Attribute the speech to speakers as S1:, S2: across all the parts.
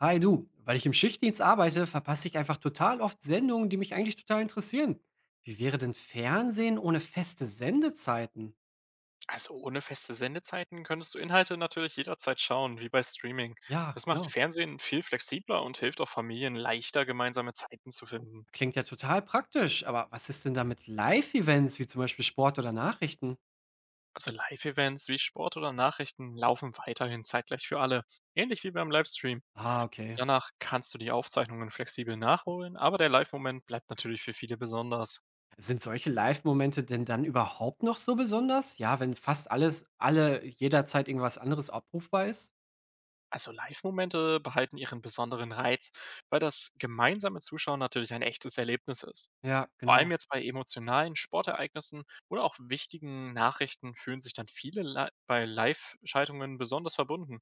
S1: Hi du, weil ich im Schichtdienst arbeite, verpasse ich einfach total oft Sendungen, die mich eigentlich total interessieren. Wie wäre denn Fernsehen ohne feste Sendezeiten?
S2: Also ohne feste Sendezeiten könntest du Inhalte natürlich jederzeit schauen, wie bei Streaming.
S1: Ja,
S2: Das macht
S1: genau.
S2: Fernsehen viel flexibler und hilft auch Familien leichter, gemeinsame Zeiten zu finden.
S1: Klingt ja total praktisch, aber was ist denn da mit Live-Events wie zum Beispiel Sport oder Nachrichten?
S2: Also Live-Events wie Sport oder Nachrichten laufen weiterhin zeitgleich für alle, ähnlich wie beim Livestream.
S1: Ah, okay.
S2: Danach kannst du die Aufzeichnungen flexibel nachholen, aber der Live-Moment bleibt natürlich für viele besonders.
S1: Sind solche Live-Momente denn dann überhaupt noch so besonders? Ja, wenn fast alles, alle jederzeit irgendwas anderes abrufbar ist?
S2: Also Live-Momente behalten ihren besonderen Reiz, weil das gemeinsame Zuschauen natürlich ein echtes Erlebnis ist.
S1: Ja,
S2: Vor allem
S1: genau.
S2: jetzt bei emotionalen Sportereignissen oder auch wichtigen Nachrichten fühlen sich dann viele Li bei Live-Schaltungen besonders verbunden.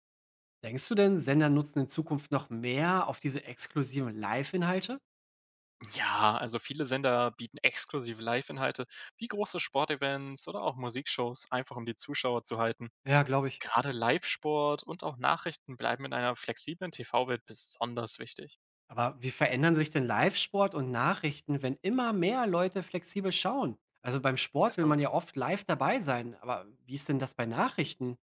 S1: Denkst du denn, Sender nutzen in Zukunft noch mehr auf diese exklusiven Live-Inhalte?
S2: Ja, also viele Sender bieten exklusive Live-Inhalte wie große Sportevents oder auch Musikshows, einfach um die Zuschauer zu halten.
S1: Ja, glaube ich.
S2: Gerade Live-Sport und auch Nachrichten bleiben in einer flexiblen TV-Welt besonders wichtig.
S1: Aber wie verändern sich denn Live-Sport und Nachrichten, wenn immer mehr Leute flexibel schauen? Also beim Sport will man
S2: Also,
S1: ja oft live dabei sein, aber wie ist denn das bei Nachrichten?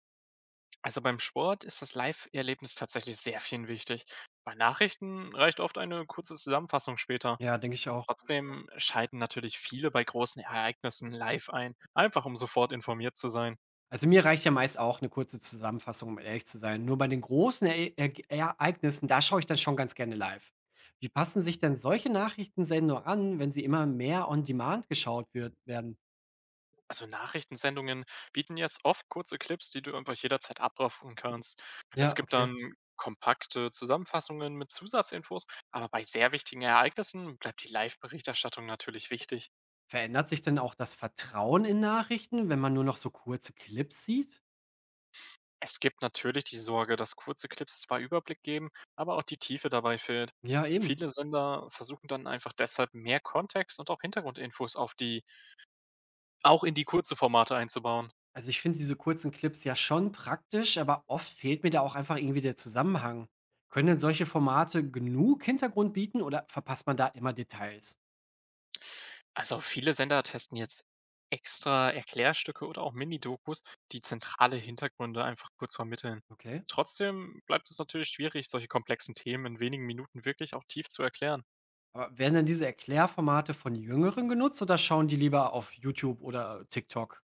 S2: also beim Sport ist das Live-Erlebnis tatsächlich sehr viel wichtig. Bei Nachrichten reicht oft eine kurze Zusammenfassung später.
S1: Ja, denke ich auch.
S2: Trotzdem schalten natürlich viele bei großen Ereignissen live ein, einfach um sofort informiert zu sein.
S1: Also mir reicht ja meist auch eine kurze Zusammenfassung, um ehrlich zu sein. Nur bei den großen e e Ereignissen, da schaue ich dann schon ganz gerne live. Wie passen sich denn solche Nachrichtensendungen an, wenn sie immer mehr on demand werden?
S2: Also Nachrichtensendungen bieten jetzt oft kurze Clips, die du einfach jederzeit abrufen kannst. Es
S1: Ja,
S2: gibt
S1: okay.
S2: dann kompakte Zusammenfassungen mit Zusatzinfos, aber bei sehr wichtigen Ereignissen bleibt die Live-Berichterstattung natürlich wichtig.
S1: Verändert sich denn auch das Vertrauen in Nachrichten, wenn man nur noch so kurze Clips sieht?
S2: Es gibt natürlich die Sorge, dass kurze Clips zwar Überblick geben, aber auch die Tiefe dabei fehlt.
S1: Ja, eben.
S2: Viele Sender versuchen dann einfach deshalb mehr Kontext und auch Hintergrundinfos auf die auch in die kurzen Formate einzubauen.
S1: Also, ich finde diese kurzen Clips ja schon praktisch, aber oft fehlt mir da auch einfach irgendwie der Zusammenhang. Können denn solche Formate genug Hintergrund bieten oder verpasst man da immer Details?
S2: Also, viele Sender testen jetzt extra Erklärstücke oder auch Mini-Dokus, die zentrale Hintergründe einfach kurz vermitteln.
S1: Okay.
S2: Trotzdem bleibt es natürlich schwierig, solche komplexen Themen in wenigen Minuten wirklich auch tief zu erklären.
S1: Aber werden denn diese Erklärformate von Jüngeren genutzt oder schauen die lieber auf YouTube oder TikTok?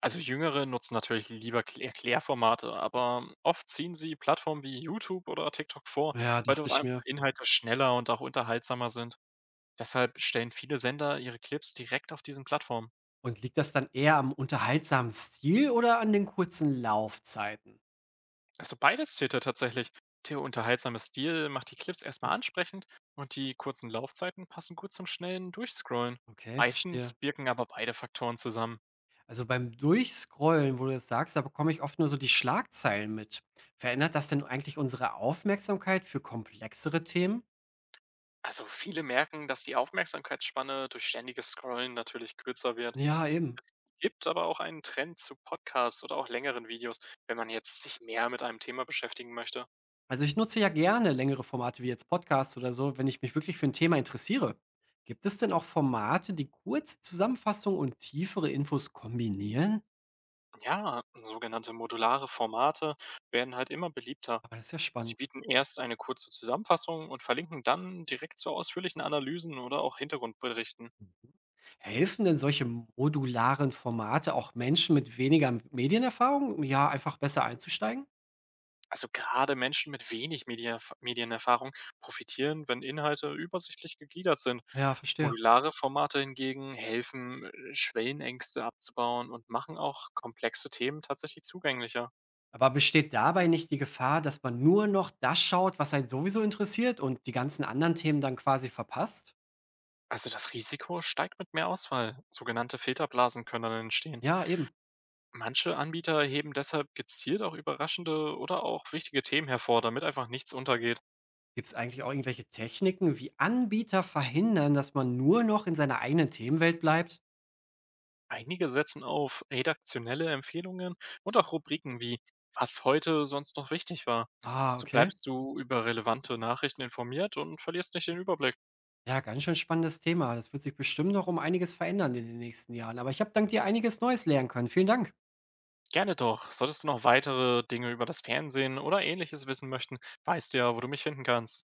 S2: Also Jüngere nutzen natürlich lieber Erklärformate, aber oft ziehen sie Plattformen wie YouTube oder TikTok vor,
S1: Ja,
S2: weil
S1: dachte
S2: dort
S1: ich
S2: einfach
S1: mir.
S2: Inhalte schneller und auch unterhaltsamer sind. Deshalb stellen viele Sender ihre Clips direkt auf diesen Plattformen.
S1: Und liegt das dann eher am unterhaltsamen Stil oder an den kurzen Laufzeiten?
S2: Also beides zählt da tatsächlich. Der unterhaltsame Stil macht die Clips erstmal ansprechend und die kurzen Laufzeiten passen gut zum schnellen Durchscrollen.
S1: Okay,
S2: Meistens
S1: verstehe.
S2: wirken aber beide Faktoren zusammen.
S1: Also beim Durchscrollen, wo du das sagst, da bekomme ich oft nur so die Schlagzeilen mit. Verändert das denn eigentlich unsere Aufmerksamkeit für komplexere Themen?
S2: Also viele merken, dass die Aufmerksamkeitsspanne durch ständiges Scrollen natürlich kürzer wird.
S1: Ja, eben.
S2: Gibt aber auch einen Trend zu Podcasts oder auch längeren Videos, wenn man jetzt sich mehr mit einem Thema beschäftigen möchte.
S1: Also ich nutze ja gerne längere Formate wie jetzt Podcasts oder so, wenn ich mich wirklich für ein Thema interessiere. Gibt es denn auch Formate, die kurze Zusammenfassungen und tiefere Infos kombinieren?
S2: Ja, sogenannte modulare Formate werden halt immer beliebter.
S1: Aber das ist ja
S2: Sie
S1: spannend.
S2: bieten erst eine kurze Zusammenfassung und verlinken dann direkt zu ausführlichen Analysen oder auch Hintergrundberichten.
S1: Helfen denn solche modularen Formate auch Menschen mit weniger Medienerfahrung, ja, einfach besser einzusteigen?
S2: Also gerade Menschen mit wenig Media Medienerfahrung profitieren, wenn Inhalte übersichtlich gegliedert sind.
S1: Ja, verstehe.
S2: Modulare Formate hingegen helfen, Schwellenängste abzubauen und machen auch komplexe Themen tatsächlich zugänglicher.
S1: Aber besteht dabei nicht die Gefahr, dass man nur noch das schaut, was einen sowieso interessiert und die ganzen anderen Themen dann quasi verpasst?
S2: Also das Risiko steigt mit mehr Auswahl. Sogenannte Filterblasen können dann entstehen.
S1: Ja, eben.
S2: Manche Anbieter heben deshalb gezielt auch überraschende oder auch wichtige Themen hervor, damit einfach nichts untergeht.
S1: Gibt es eigentlich auch irgendwelche Techniken, wie Anbieter verhindern, dass man nur noch in seiner eigenen Themenwelt bleibt?
S2: Einige setzen auf redaktionelle Empfehlungen und auch Rubriken wie „Was heute sonst noch wichtig war“.
S1: Ah,
S2: So
S1: okay.
S2: bleibst du über relevante Nachrichten informiert und verlierst nicht den Überblick.
S1: Ja, ganz schön spannendes Thema. Das wird sich bestimmt noch um einiges verändern in den nächsten Jahren. Aber ich habe dank dir einiges Neues lernen können. Vielen Dank.
S2: Gerne doch. Solltest du noch weitere Dinge über das Fernsehen oder Ähnliches wissen möchten, weißt du ja, wo du mich finden kannst.